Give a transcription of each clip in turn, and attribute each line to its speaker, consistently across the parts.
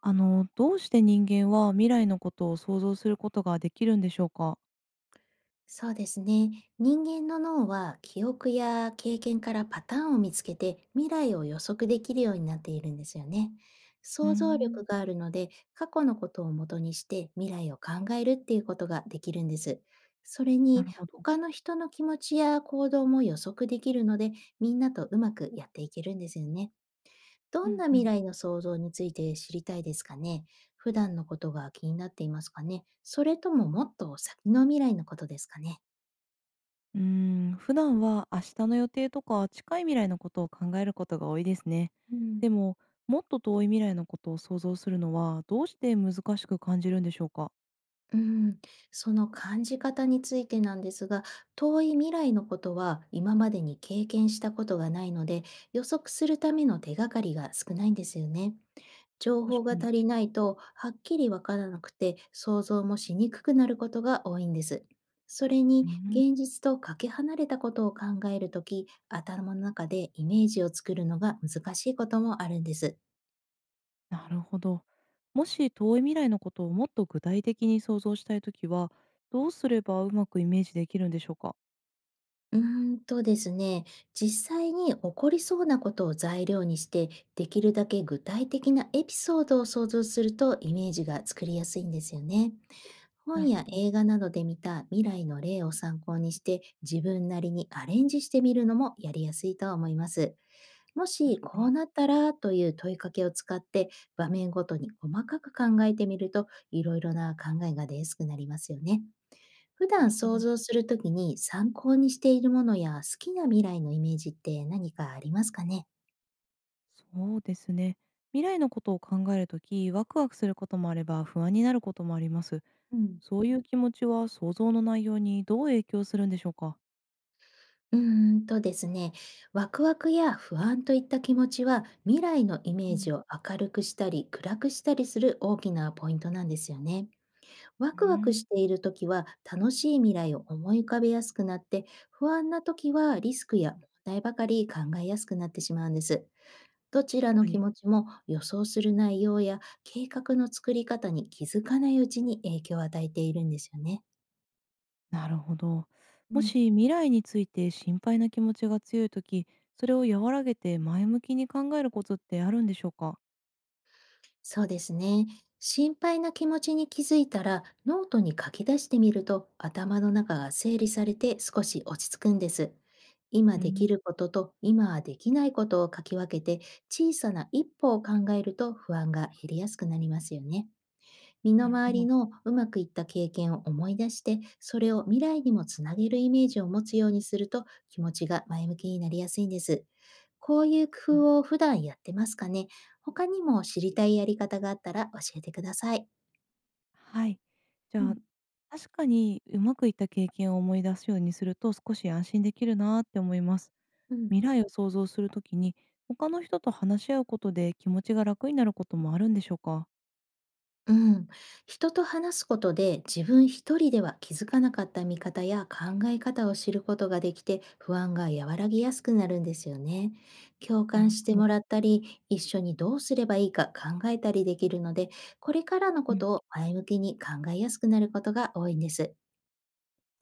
Speaker 1: どうして人間は未来のことを想像することができるんでしょうか？
Speaker 2: そうですね。人間の脳は記憶や経験からパターンを見つけて未来を予測できるようになっているんですよね。
Speaker 1: うー
Speaker 2: 想像
Speaker 1: ん。
Speaker 2: 力があるので、過去のことを元にして未来を考えるっていうことができるんです。それ
Speaker 1: な
Speaker 2: に、
Speaker 1: るほど。
Speaker 2: 他の人の気持ちや行動も予測できるので、みんなとうまくやっていけるんですよね。
Speaker 1: う
Speaker 2: どん
Speaker 1: ん
Speaker 2: な
Speaker 1: う
Speaker 2: 未
Speaker 1: ん。
Speaker 2: 来の想像について知りたいですかね？普段のことが気になっていますかね？それとももっと先の未来のことですかね？
Speaker 1: うー普段は明日の予定とか近い未来のことを考えることが多いですね。
Speaker 2: うん、
Speaker 1: でも、もっと遠い未来のことを想像するのはどうして難しく感じるんでしょうか？
Speaker 2: うん、その感じ方についてなんですが、遠い未来のことは今までに経験したことがないので、予測するための手がかりが少ないんですよね。情
Speaker 1: 確
Speaker 2: 報が
Speaker 1: かに。
Speaker 2: 足りないと、はっきりわからなくて、想像もしにくくなることが多いんです。それ
Speaker 1: う
Speaker 2: に、
Speaker 1: ーん、
Speaker 2: 現実とかけ離れたことを考えるとき、頭の中でイメージを作るのが難しいこともあるんです。
Speaker 1: なるほど。もし遠い未来のことをもっと具体的に想像したいときは、どうすればうまくイメージできるんでしょうか？
Speaker 2: うーんとですね、実際に起こりそうなことを材料にして、できるだけ具体的なエピソードを想像すると、イメージが作りやすいんですよね。
Speaker 1: な
Speaker 2: 本
Speaker 1: るほ
Speaker 2: や
Speaker 1: ど、
Speaker 2: 映画などで見た未来の例を参考にして、自分なりにアレンジしてみるのもやりやすいと思います。も
Speaker 1: 確
Speaker 2: し
Speaker 1: か
Speaker 2: こう
Speaker 1: に。
Speaker 2: なったらという問いかけを使って、場面ごとに細かく考えてみると、いろいろな考えが出やすくなりますよね。普
Speaker 1: な
Speaker 2: 段
Speaker 1: るほど。
Speaker 2: 想像するときに参考にしているものや好きな未来のイメージって何かありますかね？
Speaker 1: そうですね。未来のことを考えるとき、ワクワクすることもあれば不安になることもあります。
Speaker 2: うん、
Speaker 1: そういう気持ちは想像の内容にどう影響するんでしょうか？
Speaker 2: うーんとですね、ワクワクや不安といった気持ちは未来のイ
Speaker 1: う
Speaker 2: メー
Speaker 1: ん、
Speaker 2: ジを明るくしたり暗くしたりする大きなポイントなんですよね。ワ
Speaker 1: う
Speaker 2: クワク
Speaker 1: ん、
Speaker 2: しているときは楽しい未来を思い浮かべやすくなって、不安なときはリスクや問題ばかり考えやすくなってしまうんです。どち
Speaker 1: 確
Speaker 2: らの
Speaker 1: か
Speaker 2: 気
Speaker 1: に、
Speaker 2: 持ちも予想する内容や計画の作り方に気づかないうちに影響を与えているんですよね。
Speaker 1: なるほど。
Speaker 2: う
Speaker 1: も
Speaker 2: ん。
Speaker 1: し未来について心配な気持ちが強いとき、それを和らげて前向きに考えるコツってあるんでしょうか？
Speaker 2: そうですね。心配な気持ちに気づいたらノートに書き出してみると、頭の中が整理されて少し落ち着くんです。今
Speaker 1: う
Speaker 2: で
Speaker 1: ん、
Speaker 2: きることと今はできないことを書き分けて、小さな一歩を考えると、不安が減りやすくなりますよね。身
Speaker 1: な
Speaker 2: の
Speaker 1: るほ
Speaker 2: 回り
Speaker 1: ど。
Speaker 2: のうまくいった経験を思い出して、それを未来にもつなげるイメージを持つようにすると、気持ちが前向きになりやすいんです。こういう
Speaker 1: う
Speaker 2: 工
Speaker 1: ん。
Speaker 2: 夫を普段やってますかね？他にも知りたいやり方があったら教えてください。
Speaker 1: はい。じ
Speaker 2: う
Speaker 1: ゃあ、
Speaker 2: ん。
Speaker 1: 確かにうまくいった経験を思い出すようにすると少し安心できるなーって思います。
Speaker 2: うん
Speaker 1: 未来を想像するときに、他の人と話し合うことで気持ちが楽になることもあるんでしょうか？
Speaker 2: うん、人と話すことで自分一人では気づかなかった見方や考え方を知ることができて、不安が和らぎやすくなるんですよね。共
Speaker 1: なる
Speaker 2: 感して
Speaker 1: ほど。
Speaker 2: もらったり一緒にどうすればいいか考えたりできるので、これからの
Speaker 1: う
Speaker 2: こ
Speaker 1: ん。
Speaker 2: とを前向きに考えやすくなることが多いんです。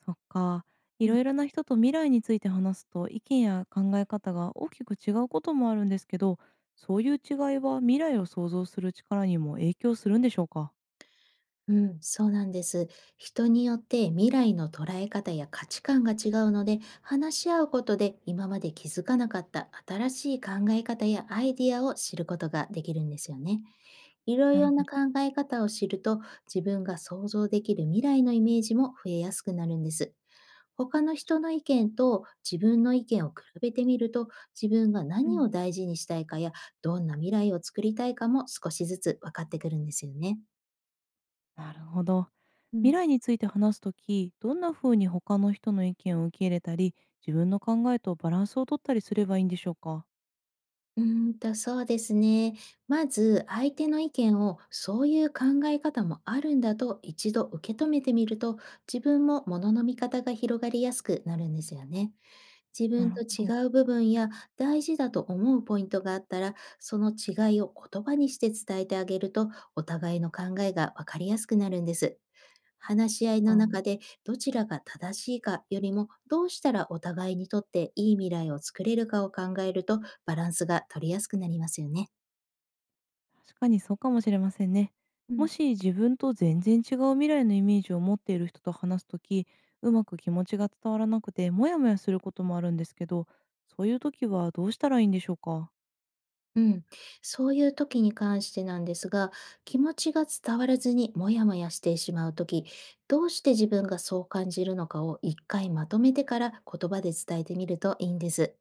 Speaker 1: そっか。いろいろな人と未来について話すと、意見や考え方が大きく違うこともあるんですけど、そういう違いは未来を想像する力にも影響するんでしょうか？
Speaker 2: うん、そうなんです。人によって未来の捉え方や価値観が違うので、話し合うことで今まで気づかなかった新しい考え方やアイディアを知ることができるんですよね。いろ
Speaker 1: な
Speaker 2: い
Speaker 1: る
Speaker 2: ろ
Speaker 1: ほ
Speaker 2: な考
Speaker 1: ど。
Speaker 2: え方を知ると、自分が想像できる未来のイメージも増えやすくなるんです。他の人の意見と自分の意見を比べてみると、自分が
Speaker 1: う
Speaker 2: 何
Speaker 1: ん。
Speaker 2: を大事にしたいかや、どんな未来を作りたいかも少しずつ分かってくるんですよね。
Speaker 1: なるほど。
Speaker 2: う
Speaker 1: 未
Speaker 2: ん、
Speaker 1: 来について話すとき、どんな風に他の人の意見を受け入れたり、自分の考えとバランスを取ったりすればいいんでしょうか？
Speaker 2: うーそうですね。まず、相手の意見を、そういう考え方もあるんだと一度受け止めてみると、自分もものの見方が広がりやすくなるんですよね。自
Speaker 1: な
Speaker 2: 分
Speaker 1: る
Speaker 2: と
Speaker 1: ほ
Speaker 2: 違
Speaker 1: ど。
Speaker 2: う部分や大事だと思うポイントがあったら、その違いを言葉にして伝えてあげると、お互いの考えがわかりやすくなるんです。話し合いの中で、どちらが正しいかよりもどうしたらお互いにとっていい未来を作れるかを考えると、バランスが取りやすくなりますよね。
Speaker 1: 確かにそうかもしれませんね。
Speaker 2: う
Speaker 1: も
Speaker 2: ん、
Speaker 1: し自分と全然違う未来のイメージを持っている人と話すとき、うまく気持ちが伝わらなくて、モヤモヤすることもあるんですけど、そういうときはどうしたらいいんでしょうか？
Speaker 2: うん。そういう時に関してなんですが、気持ちが伝わらずにモヤモヤしてしまう時、どうして自分がそう感じるのかを一回まとめてから言葉で伝えてみるといいんです。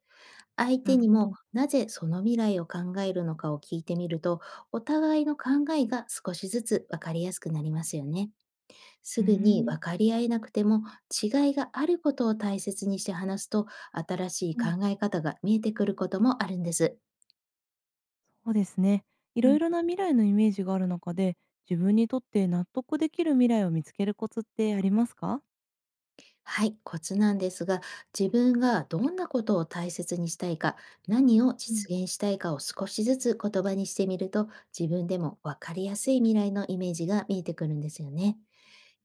Speaker 2: 相
Speaker 1: な
Speaker 2: 手
Speaker 1: る
Speaker 2: に
Speaker 1: ほど。
Speaker 2: もなぜその未来を考えるのかを聞いてみると、お互いの考えが少しずつ分かりやすくなりますよね。
Speaker 1: う
Speaker 2: す
Speaker 1: ー
Speaker 2: ぐに
Speaker 1: ん。
Speaker 2: 分かり合えなくても、違いがあることを大切にして話すと、新しい
Speaker 1: う
Speaker 2: 考
Speaker 1: ん。
Speaker 2: え方が見えてくることもあるんです。
Speaker 1: そうですね。い
Speaker 2: う
Speaker 1: ろい
Speaker 2: ん、
Speaker 1: ろな未来のイメージがある中で、自分にとって納得できる未来を見つけるコツってありますか？
Speaker 2: はい、コツなんですが、自分がどんなことを大切にしたいか、何を
Speaker 1: うん。
Speaker 2: 実現したいかを少しずつ言葉にしてみると、自分でも分かりやすい未来のイメージが見えてくるんですよね。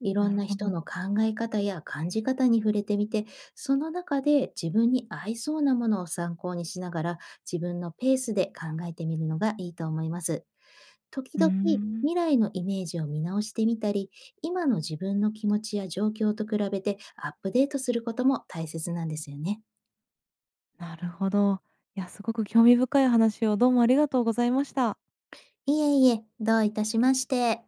Speaker 2: いろ
Speaker 1: な
Speaker 2: ん
Speaker 1: る
Speaker 2: な
Speaker 1: ほ
Speaker 2: 人
Speaker 1: ど。
Speaker 2: の考え方や感じ方に触れてみて、その中で自分に合いそうなものを参考にしながら、自分のペースで考えてみるのがいいと思います。時
Speaker 1: うー
Speaker 2: 々、未
Speaker 1: ん。
Speaker 2: 来のイメージを見直してみたり、今の自分の気持ちや状況と比べてアップデートすることも大切なんですよね。
Speaker 1: なるほど。いや、すごく興味深い話をどうもありがとうございました。
Speaker 2: いえいえ、どういたしまして。